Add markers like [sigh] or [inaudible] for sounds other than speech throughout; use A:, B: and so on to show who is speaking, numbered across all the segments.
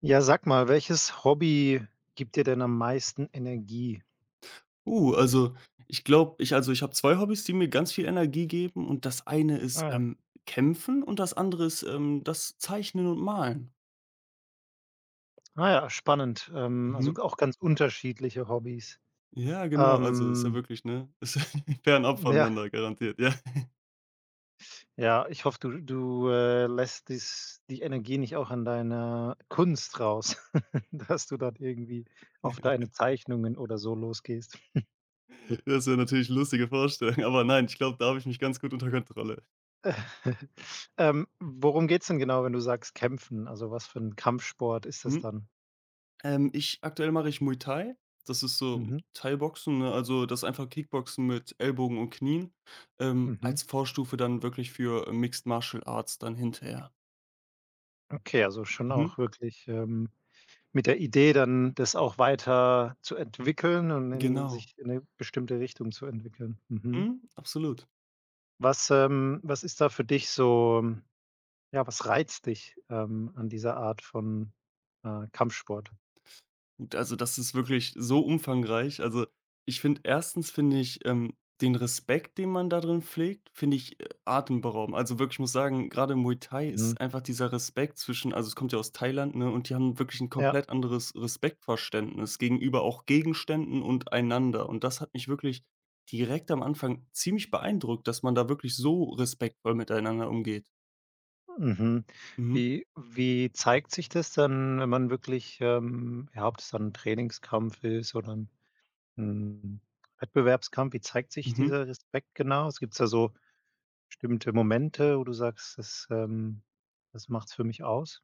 A: Ja, sag mal, welches Hobby gibt dir denn am meisten Energie?
B: Uh, also, ich glaube ich also, ich habe 2 Hobbys, die mir ganz viel Energie geben und das eine ist,
A: Ah ja.
B: Kämpfen und das andere ist, das Zeichnen und Malen.
A: Ah ja, spannend. Also,
B: Mhm.
A: auch ganz unterschiedliche Hobbys.
B: Ja, genau, also, ist ja
A: Ähm,
B: wirklich, ne ist [laughs] fernab
A: ja,
B: voneinander garantiert, ja.
A: ja, ich hoffe, du lässt die Energie nicht auch an deiner Kunst raus, [laughs] dass du dann irgendwie auf deine
B: [laughs]
A: Zeichnungen oder so losgehst.
B: Das wäre natürlich eine lustige Vorstellung, aber nein, ich glaube, da habe ich mich ganz gut unter Kontrolle.
A: [laughs] Worum geht's denn genau, wenn du sagst kämpfen? Also, was für ein Kampfsport ist das
B: Mhm.
A: dann?
B: Ich aktuell mache ich Muay Thai. Das ist so
A: Mhm,
B: Thai-Boxen, ne? Also, das ist einfach Kickboxen mit Ellbogen und Knien,
A: mhm.
B: als Vorstufe dann wirklich für Mixed Martial Arts dann hinterher.
A: Okay, also schon
B: Mhm.
A: auch wirklich, mit der Idee dann, das auch weiter zu entwickeln und in
B: Genau.
A: sich in eine bestimmte Richtung zu entwickeln. Mhm.
B: Mhm, absolut.
A: Was ist da für dich so, ja, was reizt dich, an dieser Art von, Kampfsport?
B: Gut, also das ist wirklich so umfangreich. Also, ich finde erstens finde ich, den Respekt, den man da drin pflegt, finde ich, atemberaubend. Also wirklich, ich muss sagen, gerade Muay Thai
A: Mhm.
B: ist einfach dieser Respekt zwischen also es kommt ja aus Thailand, ne, und die haben wirklich ein
A: Ja,
B: komplett anderes Respektverständnis gegenüber auch Gegenständen und einander. Und das hat mich wirklich direkt am Anfang ziemlich beeindruckt, dass man da wirklich so respektvoll miteinander umgeht.
A: mhm.
B: Mhm.
A: Wie zeigt sich das dann, wenn man wirklich, ja, ob das dann ein Trainingskampf ist oder ein 'n Wettbewerbskampf, wie zeigt sich
B: Mhm.
A: dieser Respekt genau? Es gibt's ja so bestimmte Momente, wo du sagst, das macht's für mich aus?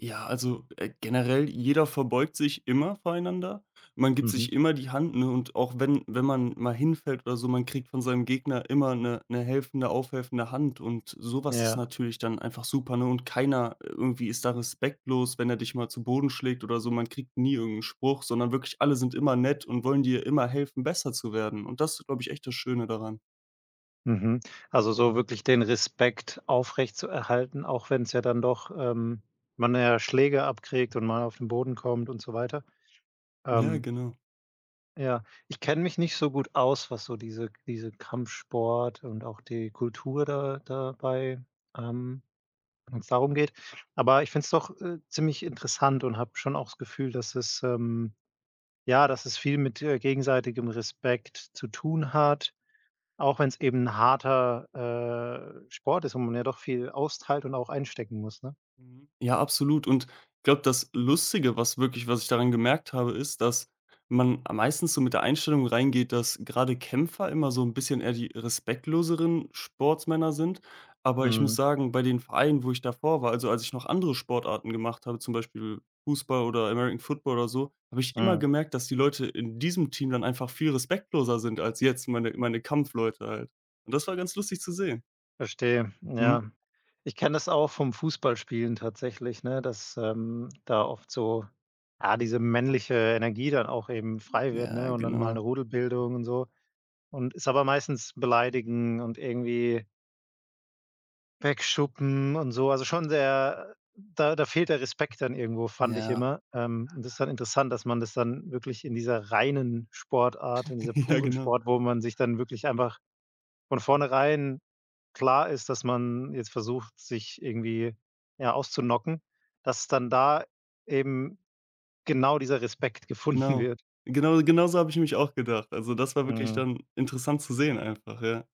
B: Ja, also, generell, jeder verbeugt sich immer voreinander. Man gibt
A: Mhm.
B: sich immer die Hand, ne, und auch wenn man mal hinfällt oder so, man kriegt von seinem Gegner immer eine 'ne helfende, aufhelfende Hand und sowas ist
A: Ja.
B: natürlich dann einfach super, ne, und keiner irgendwie ist da respektlos, wenn er dich mal zu Boden schlägt oder so. Man kriegt nie irgend 'n Spruch, sondern wirklich alle sind immer nett und wollen dir immer helfen, besser zu werden und das ist, glaube ich, echt das Schöne daran.
A: Mhm. Also, so wirklich den Respekt aufrechtzuerhalten, auch wenn es ja dann doch, man ja Schläge abkriegt und mal auf den Boden kommt und so weiter.
B: Ja,
A: Ähm,
B: genau.
A: ja, ich kenne mich nicht so gut aus, was so diese Kampfsport und auch die Kultur da dabei, ähm wenn's darum geht. Aber ich finde es doch, ziemlich interessant und habe schon auch das Gefühl, dass es, ja, dass es viel mit, gegenseitigem Respekt zu tun hat, auch wenn es eben ein harter, Sport ist, wo man ja doch viel austeilt und auch einstecken muss, ne?
B: Mhm. Ja, absolut. Und ich glaube, das Lustige, was ich daran gemerkt habe, ist, dass man am meistens so mit der Einstellung reingeht, dass gerade Kämpfer immer so ein bisschen eher die respektloseren Sportsmänner sind. Aber ich muss
A: Mhm,
B: sagen, bei den Vereinen, wo ich davor war, also als ich noch andere Sportarten gemacht habe, zum Beispiel Fußball oder American Football oder so, habe ich immer
A: mhm,
B: gemerkt, dass die Leute in diesem Team dann einfach viel respektloser sind als jetzt meine Kampfleute halt. Und das war ganz lustig zu sehen.
A: verstehe,
B: Mhm.
A: ja. Ich kenne das auch vom Fußballspielen tatsächlich, ne, dass, da oft so, ja, diese männliche Energie dann auch eben frei wird, ne,
B: Ja,
A: und dann mal
B: genau.
A: eine Rudelbildung und so, und ist aber meistens beleidigen und irgendwie Wegschuppen und so. Also, schon sehr, da fehlt der Respekt dann irgendwo, fand ich
B: Ja.
A: immer. Und das ist dann interessant, dass man das dann wirklich in dieser reinen Sportart, in dieser
B: [laughs] Ja,
A: puren
B: genau.
A: Sport, wo man sich dann wirklich einfach von vornherein klar ist, dass man jetzt versucht, sich irgendwie, ja, auszunocken, dass dann da eben genau dieser Respekt [laughs] gefunden
B: Genau.
A: wird.
B: Genau genauso habe ich nämlich auch gedacht. Also, das war wirklich
A: Mhm.
B: dann interessant zu sehen einfach, ja.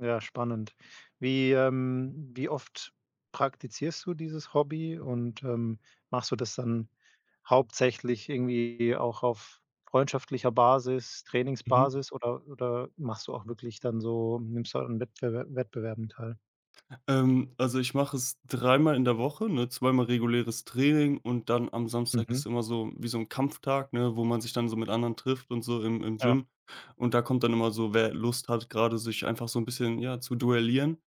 A: Ja, spannend. Wie oft praktizierst du dieses Hobby und, machst du das dann hauptsächlich irgendwie auch auf freundschaftlicher Basis,
B: Mhm.
A: Trainingsbasis, oder machst du auch wirklich dann so, nimmst du an Wettbewerben teil?
B: Ich mache es dreimal in der Woche, ne, zweimal reguläres Training und dann am Samstag
A: Mhm.
B: ist immer so wie so 'n Kampftag, ne, wo man sich dann so mit anderen trifft und so im
A: Ja.
B: Gym. Und da kommt dann immer so, wer Lust hat, grade sich einfach so 'n bisschen, ja, zu duellieren.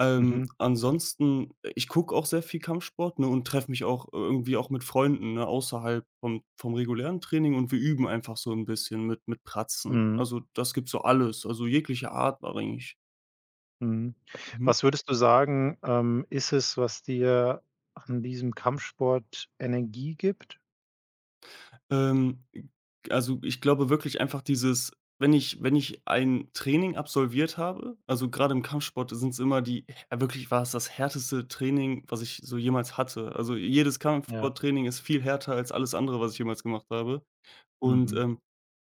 A: Mhm.
B: Ansonsten, ich gucke auch sehr viel Kampfsport, ne, und treffe mich auch irgendwie auch mit Freunden, ne, außerhalb vom regulären Training und wir üben einfach so ein bisschen mit Pratzen.
A: Mhm.
B: Also, das gibt so alles, also jegliche Art war eigentlich.
A: Mhm.
B: Mhm.
A: Was würdest du sagen, ist es, was dir an diesem Kampfsport Energie gibt?
B: Ähm, also, ich glaube wirklich einfach dieses, wenn ich ein Training absolviert habe, also gerade im Kampfsport sind es immer die ja, wirklich war es das härteste Training, was ich so jemals hatte. Also, jedes
A: Ja.
B: Kampfsporttraining ist viel härter als alles andere, was ich jemals gemacht habe. Und,
A: Mhm.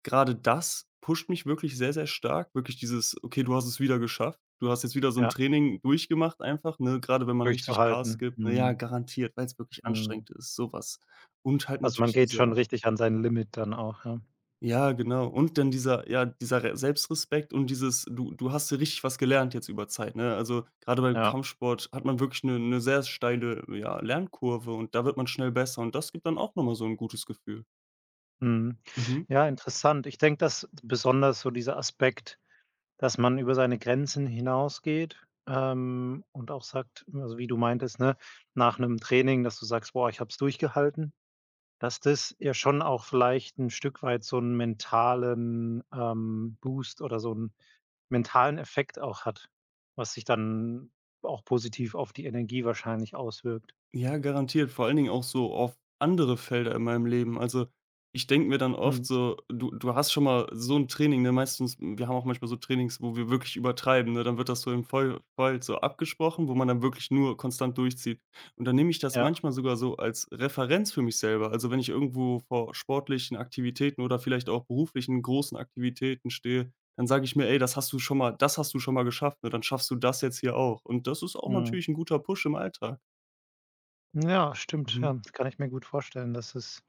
B: grade das pusht mich wirklich sehr, sehr stark. Wirklich dieses: „Okay, du hast es wieder geschafft. Du hast jetzt wieder so ein
A: Ja,
B: Training durchgemacht einfach“, ne? Gerade wenn man richtig Gas
A: durchzuhalten.
B: gibt. Na ja,
A: Mhm.
B: garantiert, weil es wirklich
A: Mhm.
B: anstrengend ist, so was. Und halt
A: Also, man
B: natürlich
A: geht schon
B: dieser
A: richtig an sein Limit dann auch, ja.
B: ja, genau. Und dann dieser ja, dieser Re Selbstrespekt und dieses du hast hier richtig was gelernt jetzt über Zeit, ne? Also, gerade beim
A: Ja,
B: Kampfsport hat man wirklich eine sehr steile, ja, Lernkurve und da wird man schnell besser und das gibt dann auch noch mal so ein gutes Gefühl.
A: mhm.
B: Mhm.
A: Ja, interessant. Ich denke, dass besonders so dieser Aspekt, dass man über seine Grenzen hinausgeht, und auch sagt, also, wie du meintest, ne, nach einem Training, dass du sagst: „Boah, ich habe es durchgehalten", dass das ja schon auch vielleicht ein Stück weit so einen mentalen, Boost oder so einen mentalen Effekt auch hat, was sich dann auch positiv auf die Energie wahrscheinlich auswirkt.
B: Ja, garantiert, vor allen Dingen auch so auf andere Felder in meinem Leben. Also, ich denke mir dann oft
A: Mhm.
B: so, du hast schon mal so ein Training, ne? Meistens wir haben auch manchmal so Trainings, wo wir wirklich übertreiben, ne? Dann wird das so im Voll so abgesprochen, wo man dann wirklich nur konstant durchzieht. Und dann nehme ich das
A: Ja,
B: manchmal sogar so als Referenz für mich selber. Also, wenn ich irgendwo vor sportlichen Aktivitäten oder vielleicht auch beruflichen großen Aktivitäten stehe, dann sage ich mir: „Ey, das hast du schon mal geschafft, ne? Dann schaffst du das jetzt hier auch.“ Und das ist auch
A: mhm.
B: natürlich ein guter Push im Alltag.
A: Ja, stimmt.
B: Mhm.
A: Ja, das kann ich mir gut vorstellen, dass es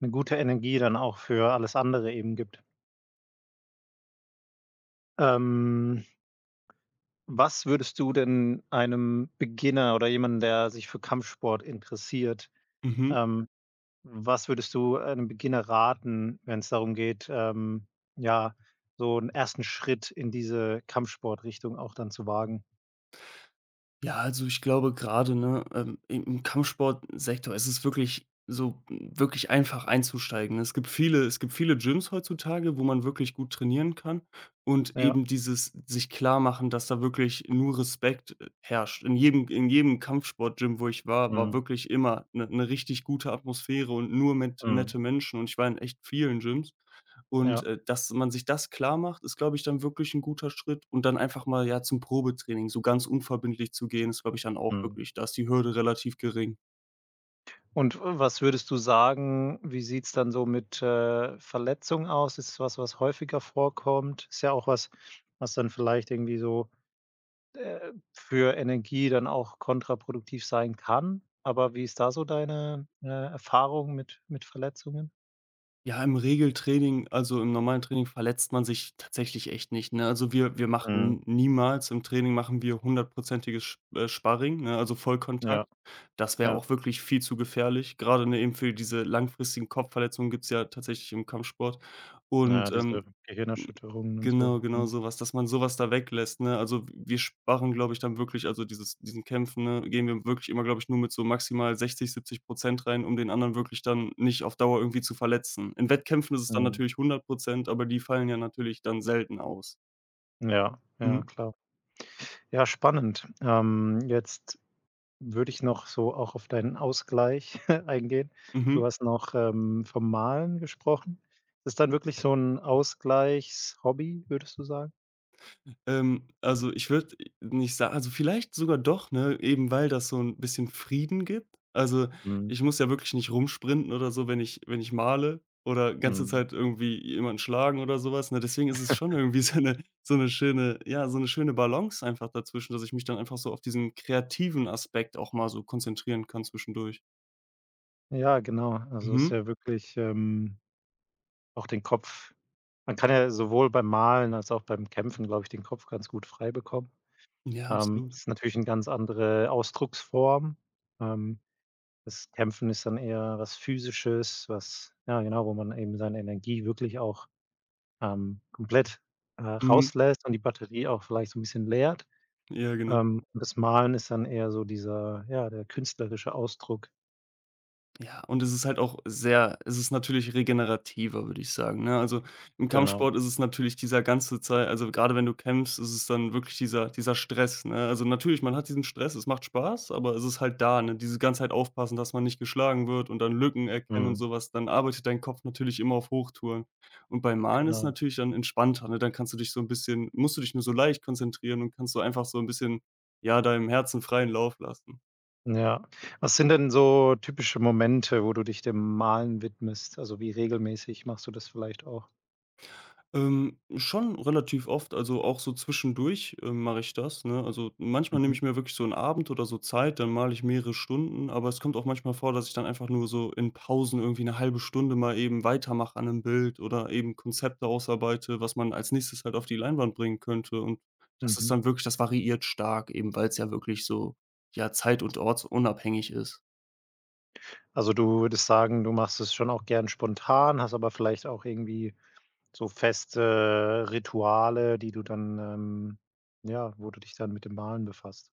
A: eine gute Energie dann auch für alles andere eben gibt. Ähm, Was würdest du denn einem Beginner oder jemandem, der sich für Kampfsport interessiert,
B: Mhm.
A: ähm, was würdest du einem Beginner raten, wenn es darum geht, ja, so einen ersten Schritt in diese Kampfsportrichtung auch dann zu wagen?
B: Ja, also ich glaube gerade, ne, im Kampfsportsektor ist es wirklich so wirklich einfach einzusteigen, ne? Es gibt viele Gyms heutzutage, wo man wirklich gut trainieren kann und
A: Ja.
B: eben dieses sich klarmachen, dass da wirklich nur Respekt, herrscht. In jedem Kampfsportgym, wo ich war, war
A: Mhm.
B: wirklich immer eine richtig gute Atmosphäre und nur mit
A: Mhm.
B: nette Menschen und ich war in echt vielen Gyms. Und,
A: Ja.
B: dass man sich das klar macht, ist, glaube ich, dann wirklich ein guter Schritt. Und dann einfach mal, ja, zum Probetraining so ganz unverbindlich zu gehen, ist, glaube ich, dann auch
A: Mhm.
B: wirklich da ist die Hürde relativ gering.
A: Und, was würdest du sagen, wie sieht's dann so mit, Verletzungen aus? Ist es was, was häufiger vorkommt? Ist ja auch was, was dann vielleicht irgendwie so, für Energie dann auch kontraproduktiv sein kann. Aber wie ist da so deine, Erfahrung mit Verletzungen?
B: Ja, im Regeltraining also, im normalen Training verletzt man sich tatsächlich echt nicht, ne? Also, wir
A: Mhm.
B: machen niemals im Training machen wir hundertprozentiges Sch Sparring, ne, also,
A: Ja,
B: Vollkontakt. Das wäre
A: ja.
B: auch wirklich viel zu gefährlich. Gerade ne, eben für diese langfristigen Kopfverletzungen gibt's ja tatsächlich im Kampfsport.
A: Ja,
B: Und,
A: diese
B: ähm.
A: Gehirnerschütterungen und so.
B: Genau, genau
A: Mhm.
B: so was, dass man so was da weglässt, ne? Also, wir sparen, glaube ich, dann wirklich also, dieses diesen Kämpfen, ne, gehen wir wirklich immer, glaube ich, nur mit so maximal 60, 70 rein, um den anderen wirklich dann nicht auf Dauer irgendwie zu verletzen. In Wettkämpfen ist es dann
A: Mhm.
B: natürlich 100, aber die fallen ja natürlich dann selten aus.
A: Ja, ja,
B: Mhm.
A: klar. Ja, spannend. Jetzt würde ich noch so auch auf deinen Ausgleich [laughs] eingehen.
B: Mhm.
A: Du hast noch, vom Malen gesprochen. Ist das dann wirklich so ein Ausgleichshobby, würdest du sagen?
B: Also, ich würde nicht sagen, also, vielleicht sogar doch, ne, eben weil das so ein bisschen Frieden gibt. Also,
A: Mhm,
B: ich muss ja wirklich nicht rumsprinten oder so, wenn ich male oder ganze
A: mhm.
B: Zeit irgendwie jemanden schlagen oder sowas, ne? Deswegen ist es schon irgendwie [laughs] so eine schöne ja, so eine schöne Balance einfach dazwischen, dass ich mich dann einfach so auf diesen kreativen Aspekt auch mal so konzentrieren kann zwischendurch.
A: Ja, genau. Also, es ist
B: Mhm.
A: ja wirklich, auch den Kopf, man kann ja sowohl beim Malen als auch beim Kämpfen, glaube ich, den Kopf ganz gut frei bekommen.
B: Ja, absolut.
A: Ist natürlich eine ganz andere Ausdrucksform. Ähm, Das Kämpfen ist dann eher was Physisches, was ja, genau, wo man eben seine Energie wirklich auch, komplett,
B: Mhm.
A: rauslässt und die Batterie auch vielleicht so 'n bisschen leert.
B: Ja, genau.
A: Und das Malen ist dann eher so dieser, ja, der künstlerische Ausdruck.
B: Ja, und es ist halt auch sehr es ist natürlich regenerativer, würde ich sagen, ne? Also, im
A: Genau.
B: Kampfsport ist es natürlich dieser ganze Zeit, also, gerade wenn du kämpfst, ist es dann wirklich dieser Stress, ne? Also, natürlich, man hat diesen Stress, es macht Spaß, aber es ist halt da, ne? Diese ganze Zeit aufpassen, dass man nicht geschlagen wird und dann Lücken erkennen und
A: Mhm.
B: sowas, dann arbeitet dein Kopf natürlich immer auf Hochtouren. Und beim Malen ist es
A: Genau.
B: natürlich dann entspannter, ne? Dann kannst du dich so ein bisschen musst du dich nur so leicht konzentrieren und kannst so einfach so ein bisschen, ja, deinem Herzen freien Lauf lassen.
A: Ja. Was sind denn so typische Momente, wo du dich dem Malen widmest? Also, wie regelmäßig machst du das vielleicht auch?
B: Schon relativ oft, also auch so zwischendurch, mache ich das, ne? Also, manchmal nehme
A: Mhm.
B: ich mir wirklich so einen Abend oder so Zeit, dann male ich mehrere Stunden, aber es kommt auch manchmal vor, dass ich dann einfach nur so in Pausen irgendwie eine halbe Stunde mal eben weitermache an 'nem Bild oder eben Konzepte ausarbeite, was man als Nächstes halt auf die Leinwand bringen könnte. Und das ist
A: Mhm.
B: dann wirklich das variiert stark, eben weil es ja wirklich so, ja, zeit und ortsunabhängig ist.
A: Also, du würdest sagen, du machst es schon auch gern spontan, hast aber vielleicht auch irgendwie so feste Rituale, die du dann, ja, wo du dich dann mit dem Malen befasst.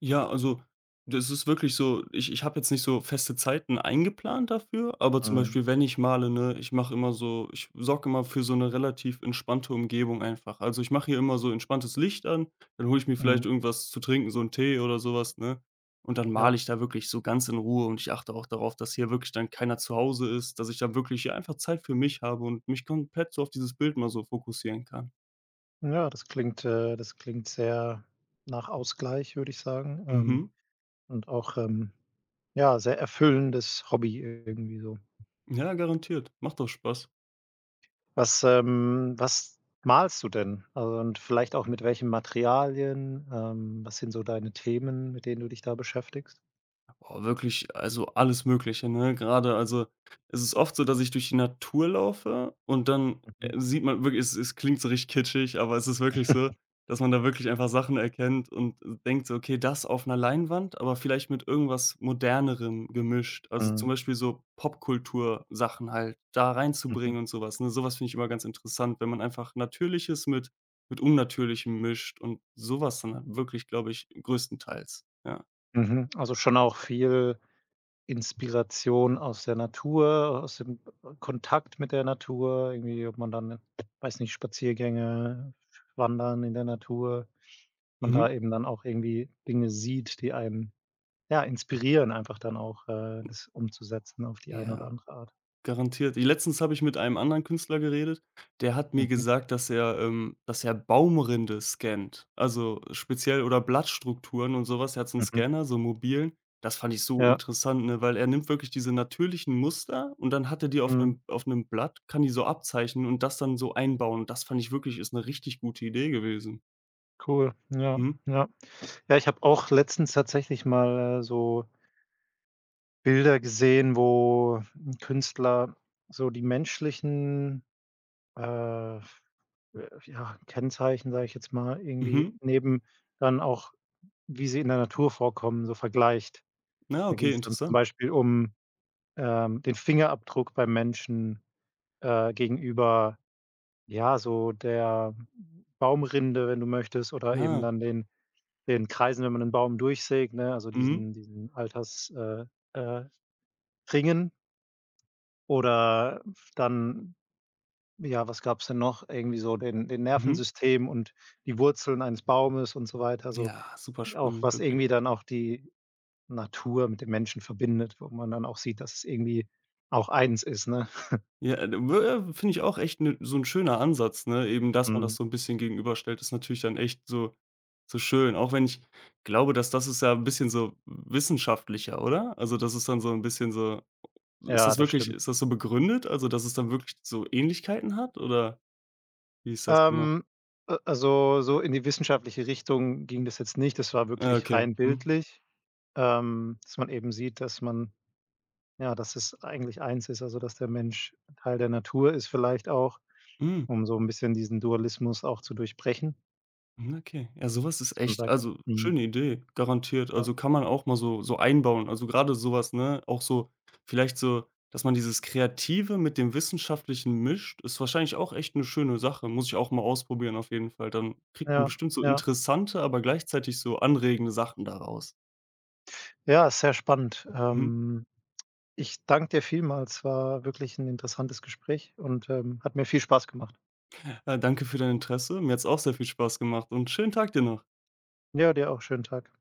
B: Ja, also, das ist wirklich so, ich habe jetzt nicht so feste Zeiten eingeplant dafür, aber zum
A: Mhm.
B: Beispiel, wenn ich male, ne, ich sorge immer für so eine relativ entspannte Umgebung einfach. Also, ich mache hier immer so entspanntes Licht an, dann hole ich mir vielleicht
A: Mhm.
B: irgendwas zu trinken, so einen Tee oder sowas, ne? Und dann
A: Ja.
B: male ich da wirklich so ganz in Ruhe und ich achte auch darauf, dass hier wirklich dann keiner zu Hause ist, dass ich da wirklich hier einfach Zeit für mich habe und mich komplett so auf dieses Bild mal so fokussieren kann.
A: Ja, das klingt sehr nach Ausgleich, würde ich sagen,
B: Mhm.
A: und auch, ja, sehr erfüllendes Hobby irgendwie so.
B: Ja, garantiert. Macht doch Spaß.
A: Was malst du denn? Also, und vielleicht auch mit welchen Materialien? Was sind so deine Themen, mit denen du dich da beschäftigst?
B: Boah, wirklich, also alles Mögliche, ne? Gerade, also es ist oft so, dass ich durch die Natur laufe und dann,
A: Mhm.
B: sieht man wirklich es klingt so richtig kitschig, aber es ist wirklich so, dass man da wirklich einfach Sachen erkennt und denkt so: „Okay, das auf einer Leinwand, aber vielleicht mit irgendwas Modernerem gemischt.“ Also, zum
A: Mhm.
B: Beispiel so Popkultur Sachen halt da
A: Mhm.
B: reinzubringen und sowas ne? Sowas finde ich immer ganz interessant, wenn man einfach Natürliches mit Unnatürlichem mischt und sowas dann halt wirklich, glaube ich, größtenteils, ja.
A: Mhm. Also, schon auch viel Inspiration aus der Natur, aus dem Kontakt mit der Natur, irgendwie, ob man dann, weiß nicht, Spaziergänge, Wandern in der Natur, man da
B: Mhm.
A: eben dann auch irgendwie Dinge sieht, die einen, ja, inspirieren, einfach dann auch, das umzusetzen auf die eine oder
B: Ja.
A: andere Art.
B: Garantiert. Letztens habe ich mit einem anderen Künstler geredet, der hat mir
A: Mhm,
B: gesagt, dass er Baumrinde scannt, also speziell oder Blattstrukturen und sowas. Er hat so einen
A: mhm.
B: Scanner, so 'n mobilen. Das fand ich so
A: Ja,
B: interessant, ne, weil er nimmt wirklich diese natürlichen Muster und dann hat er die auf
A: mhm.
B: einem Blatt kann die so abzeichnen und das dann so einbauen. Das fand ich wirklich ist eine richtig gute Idee gewesen.
A: Cool. Ja,
B: Mhm.
A: ja. Ja, ich habe auch letztens tatsächlich mal, so Bilder gesehen, wo 'n Künstler so die menschlichen, äh ja, Kennzeichen, sage ich jetzt mal, irgendwie
B: Mhm.
A: neben dann auch, wie sie in der Natur vorkommen, so vergleicht.
B: Na,
A: Da ging
B: okay,
A: es dann zum
B: interessant.
A: Beispiel um, den Fingerabdruck beim Menschen, gegenüber, ja, so der Baumrinde, wenn du möchtest, oder eben
B: Ah.
A: dann den Kreisen, wenn man einen Baum durchsägt, ne, also
B: Mhm.
A: diesen Alters, äh, Ringen, oder dann, ja, was gab es denn noch? Irgendwie so den
B: Mhm.
A: Nervensystem und die Wurzeln eines Baumes und so weiter, so
B: Ja, super
A: auch,
B: spannend,
A: was
B: wirklich.
A: irgendwie dann auch die Natur mit dem Menschen verbindet, wo man dann auch sieht, dass es irgendwie auch eins ist, ne?
B: Ja, finde ich auch echt 'ne so ein schöner Ansatz, ne? Eben, dass man
A: Mhm.
B: das so ein bisschen gegenüberstellt, ist natürlich dann echt so so schön. Auch wenn ich glaube, dass das ist ja ein bisschen so wissenschaftlicher, oder? Also, das ist dann so ein bisschen so
A: Ja, das stimmt.
B: ist das so begründet? Also, dass es dann wirklich so Ähnlichkeiten hat, oder wie ist das gemacht?
A: Ähm, a also, so in die wissenschaftliche Richtung ging das jetzt nicht. Das war
B: Ah,
A: wirklich
B: okay.
A: rein
B: Mhm.
A: bildlich, dass man eben sieht, dass man, ja, dass es eigentlich eins ist, also, dass der Mensch Teil der Natur ist vielleicht auch,
B: Mhm.
A: um so ein bisschen diesen Dualismus auch zu durchbrechen,
B: Mhm, okay. Ja, sowas ist
A: dass man
B: echt
A: sagt,
B: also,
A: mhm,
B: schöne Idee, garantiert.
A: ja,
B: Also, kann man auch mal so so einbauen. Also, gerade sowas, ne? Auch so vielleicht so, dass man dieses Kreative mit dem Wissenschaftlichen mischt, ist wahrscheinlich auch echt eine schöne Sache. Muss ich auch mal ausprobieren auf jeden Fall. Dann kriegt man
A: ja,
B: bestimmt so
A: ja.
B: interessante, aber gleichzeitig so anregende Sachen daraus.
A: Ja, ist sehr spannend.
B: Mhm.
A: Ich danke dir vielmals. War wirklich ein interessantes Gespräch und, hat mir viel Spaß gemacht.
B: Ja, danke für dein Interesse. Mir hat's auch sehr viel Spaß gemacht und schönen Tag dir noch.
A: Ja, dir auch schönen Tag.